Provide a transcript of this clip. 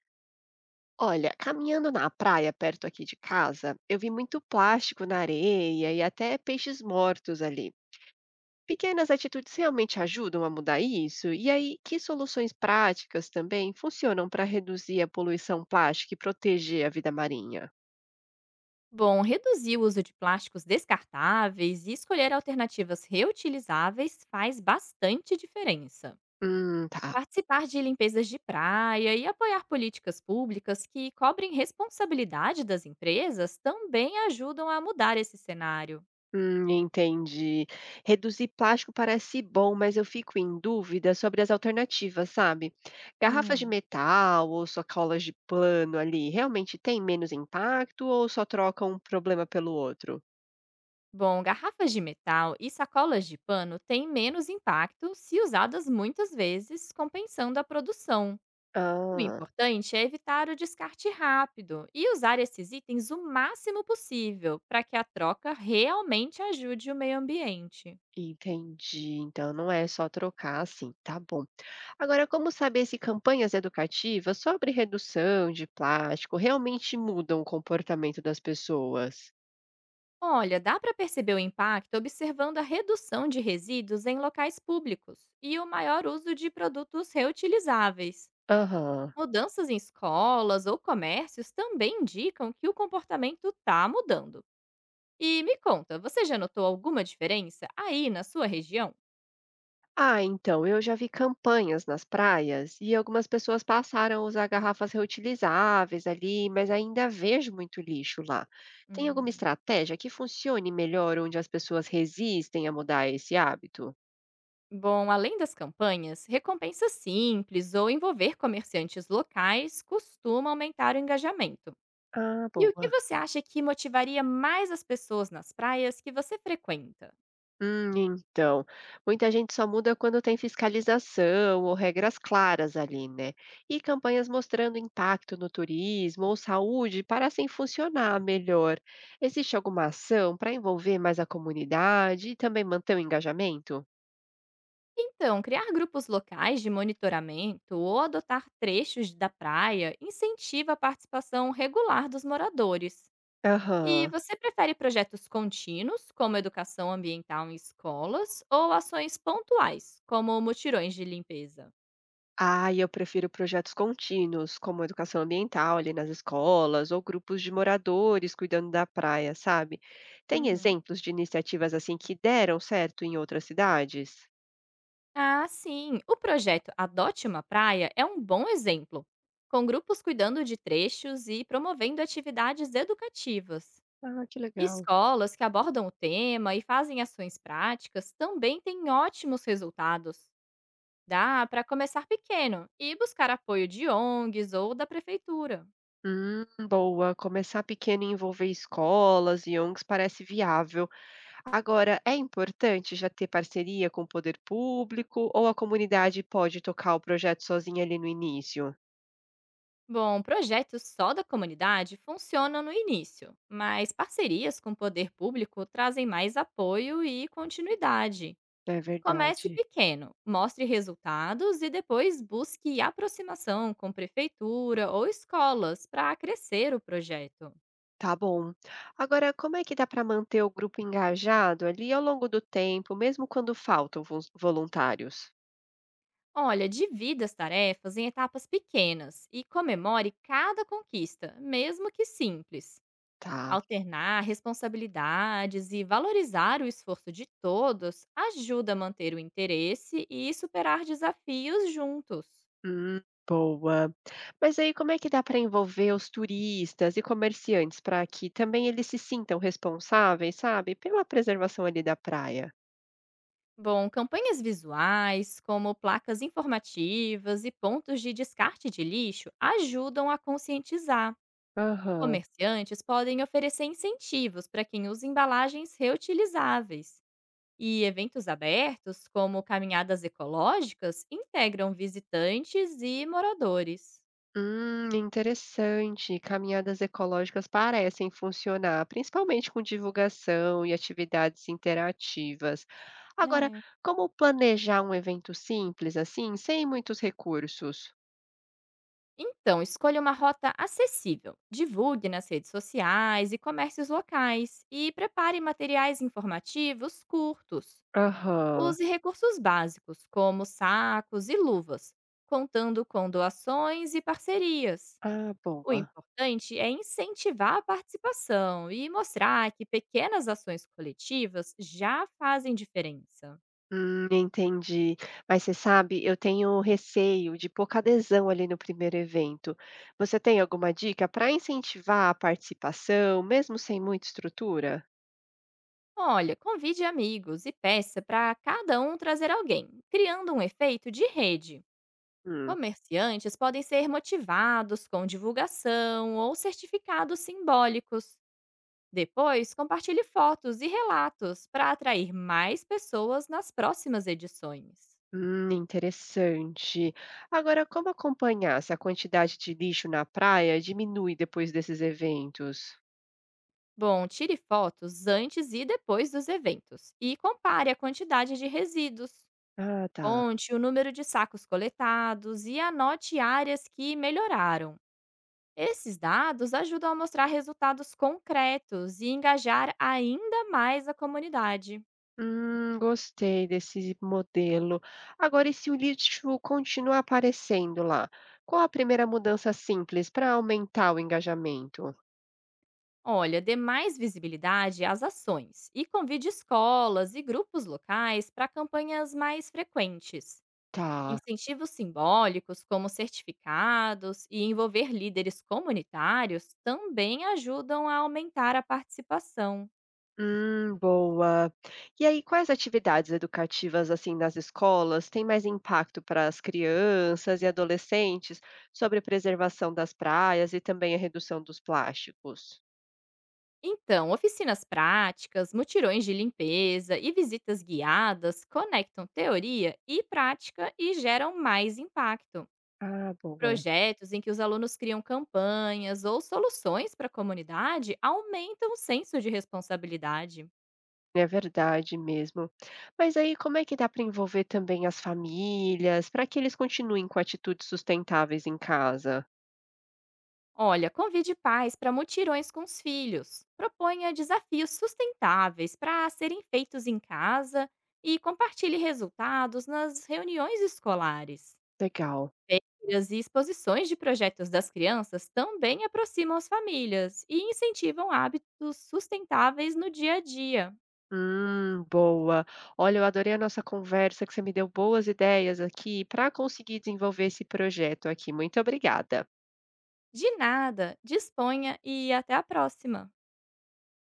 Olha, caminhando na praia perto aqui de casa, eu vi muito plástico na areia e até peixes mortos ali. Pequenas atitudes realmente ajudam a mudar isso? E aí, que soluções práticas também funcionam para reduzir a poluição plástica e proteger a vida marinha? Bom, reduzir o uso de plásticos descartáveis e escolher alternativas reutilizáveis faz bastante diferença. Tá. Participar de limpezas de praia e apoiar políticas públicas que cobrem responsabilidade das empresas também ajudam a mudar esse cenário. Entendi. Reduzir plástico parece bom, mas eu fico em dúvida sobre as alternativas, sabe? Garrafas de Hum. metal ou sacolas de pano ali, realmente tem menos impacto ou só troca um problema pelo outro? Bom, garrafas de metal e sacolas de pano têm menos impacto se usadas muitas vezes, compensando a produção. O Ah, importante é evitar o descarte rápido e usar esses itens o máximo possível para que a troca realmente ajude o meio ambiente. entendi. Então não é só trocar assim, tá bom. Agora, como saber se campanhas educativas sobre redução de plástico realmente mudam o comportamento das pessoas? Olha, dá para perceber o impacto observando a redução de resíduos em locais públicos e o maior uso de produtos reutilizáveis. Aham. Mudanças em escolas ou comércios também indicam que o comportamento está mudando. E me conta, você já notou alguma diferença aí na sua região? Ah, então, eu já vi campanhas nas praias e algumas pessoas passaram a usar garrafas reutilizáveis ali, mas ainda vejo muito lixo lá. Tem alguma Hum. estratégia que funcione melhor onde as pessoas resistem a mudar esse hábito? Bom, além das campanhas, recompensas simples ou envolver comerciantes locais costuma aumentar o engajamento. Ah, E o que boa. você acha que motivaria mais as pessoas nas praias que você frequenta? Então, muita gente só muda quando tem fiscalização ou regras claras ali, né? E campanhas mostrando impacto no turismo ou saúde parecem funcionar melhor. Existe alguma ação para envolver mais a comunidade e também manter o engajamento? Então, criar grupos locais de monitoramento ou adotar trechos da praia incentiva a participação regular dos moradores. E Aham. você prefere projetos contínuos, como educação ambiental em escolas, ou ações pontuais, como mutirões de limpeza? Ah, e eu prefiro projetos contínuos, como educação ambiental ali nas escolas ou grupos de moradores cuidando da praia, sabe? Tem Uhum. exemplos de iniciativas assim que deram certo em outras cidades? Ah, sim. O projeto Adote uma Praia é um bom exemplo, com grupos cuidando de trechos e promovendo atividades educativas. Ah, que legal. Escolas que abordam o tema e fazem ações práticas também têm ótimos resultados. Dá para começar pequeno e buscar apoio de ONGs ou da prefeitura. Boa. Começar pequeno e envolver escolas e ONGs parece viável. Agora, é importante já ter parceria com o poder público ou a comunidade pode tocar o projeto sozinha ali no início? Bom, projetos só da comunidade funcionam no início, mas parcerias com o poder público trazem mais apoio e continuidade. É Comece verdade. pequeno, mostre resultados e depois busque aproximação com prefeitura ou escolas para crescer o projeto. Tá bom. Agora, como é que dá para manter o grupo engajado ali ao longo do tempo, mesmo quando faltam voluntários? Olha, divida as tarefas em etapas pequenas e comemore cada conquista, mesmo que simples. Tá. Alternar responsabilidades e valorizar o esforço de todos ajuda a manter o interesse e superar desafios juntos. Hum, boa. Mas aí como é que dá para envolver os turistas e comerciantes para que também eles se sintam responsáveis, sabe, pela preservação ali da praia? Bom, campanhas visuais, como placas informativas e pontos de descarte de lixo, ajudam a conscientizar. Aham. Comerciantes podem oferecer incentivos para quem usa embalagens reutilizáveis. E eventos abertos, como caminhadas ecológicas, integram visitantes e moradores. Interessante. Caminhadas ecológicas parecem funcionar, principalmente com divulgação e atividades interativas. Agora, Né? como planejar um evento simples assim, sem muitos recursos? Então, escolha uma rota acessível, divulgue nas redes sociais e comércios locais, e prepare materiais informativos curtos. Aham. Use recursos básicos, como sacos e luvas, contando com doações e parcerias. Ah, O boa. importante é incentivar a participação e mostrar que pequenas ações coletivas já fazem diferença. Entendi. Mas você sabe, eu tenho receio de pouca adesão ali no primeiro evento. Você tem alguma dica para incentivar a participação, mesmo sem muita estrutura? Olha, convide amigos e peça para cada um trazer alguém, criando um efeito de rede. Hum, Comerciantes podem ser motivados com divulgação ou certificados simbólicos. Depois, compartilhe fotos e relatos para atrair mais pessoas nas próximas edições. hum, interessante. Agora, como acompanhar se a quantidade de lixo na praia diminui depois desses eventos? Bom, tire fotos antes e depois dos eventos e compare a quantidade de resíduos. Ah, tá. Conte o número de sacos coletados e anote áreas que melhoraram. Esses dados ajudam a mostrar resultados concretos e engajar ainda mais a comunidade. Gostei desse modelo. Agora, e se o lixo continuar aparecendo lá? Qual a primeira mudança simples para aumentar o engajamento? Olha, dê mais visibilidade às ações e convide escolas e grupos locais para campanhas mais frequentes. Tá. Incentivos simbólicos, como certificados e envolver líderes comunitários, também ajudam a aumentar a participação. Boa. E aí, quais atividades educativas assim nas escolas têm mais impacto para as crianças e adolescentes sobre preservação das praias e também a redução dos plásticos? Então, oficinas práticas, mutirões de limpeza e visitas guiadas conectam teoria e prática e geram mais impacto. Ah, boa. Projetos em que os alunos criam campanhas ou soluções para a comunidade aumentam o senso de responsabilidade. É verdade mesmo. Mas aí como é que dá para envolver também as famílias, para que eles continuem com atitudes sustentáveis em casa? Olha, convide pais para mutirões com os filhos, proponha desafios sustentáveis para serem feitos em casa e compartilhe resultados nas reuniões escolares. Legal. Feiras e exposições de projetos das crianças também aproximam as famílias e incentivam hábitos sustentáveis no dia a dia. Boa. Olha, eu adorei a nossa conversa, que você me deu boas ideias aqui para conseguir desenvolver esse projeto aqui. Muito obrigada. De nada, disponha e até a próxima!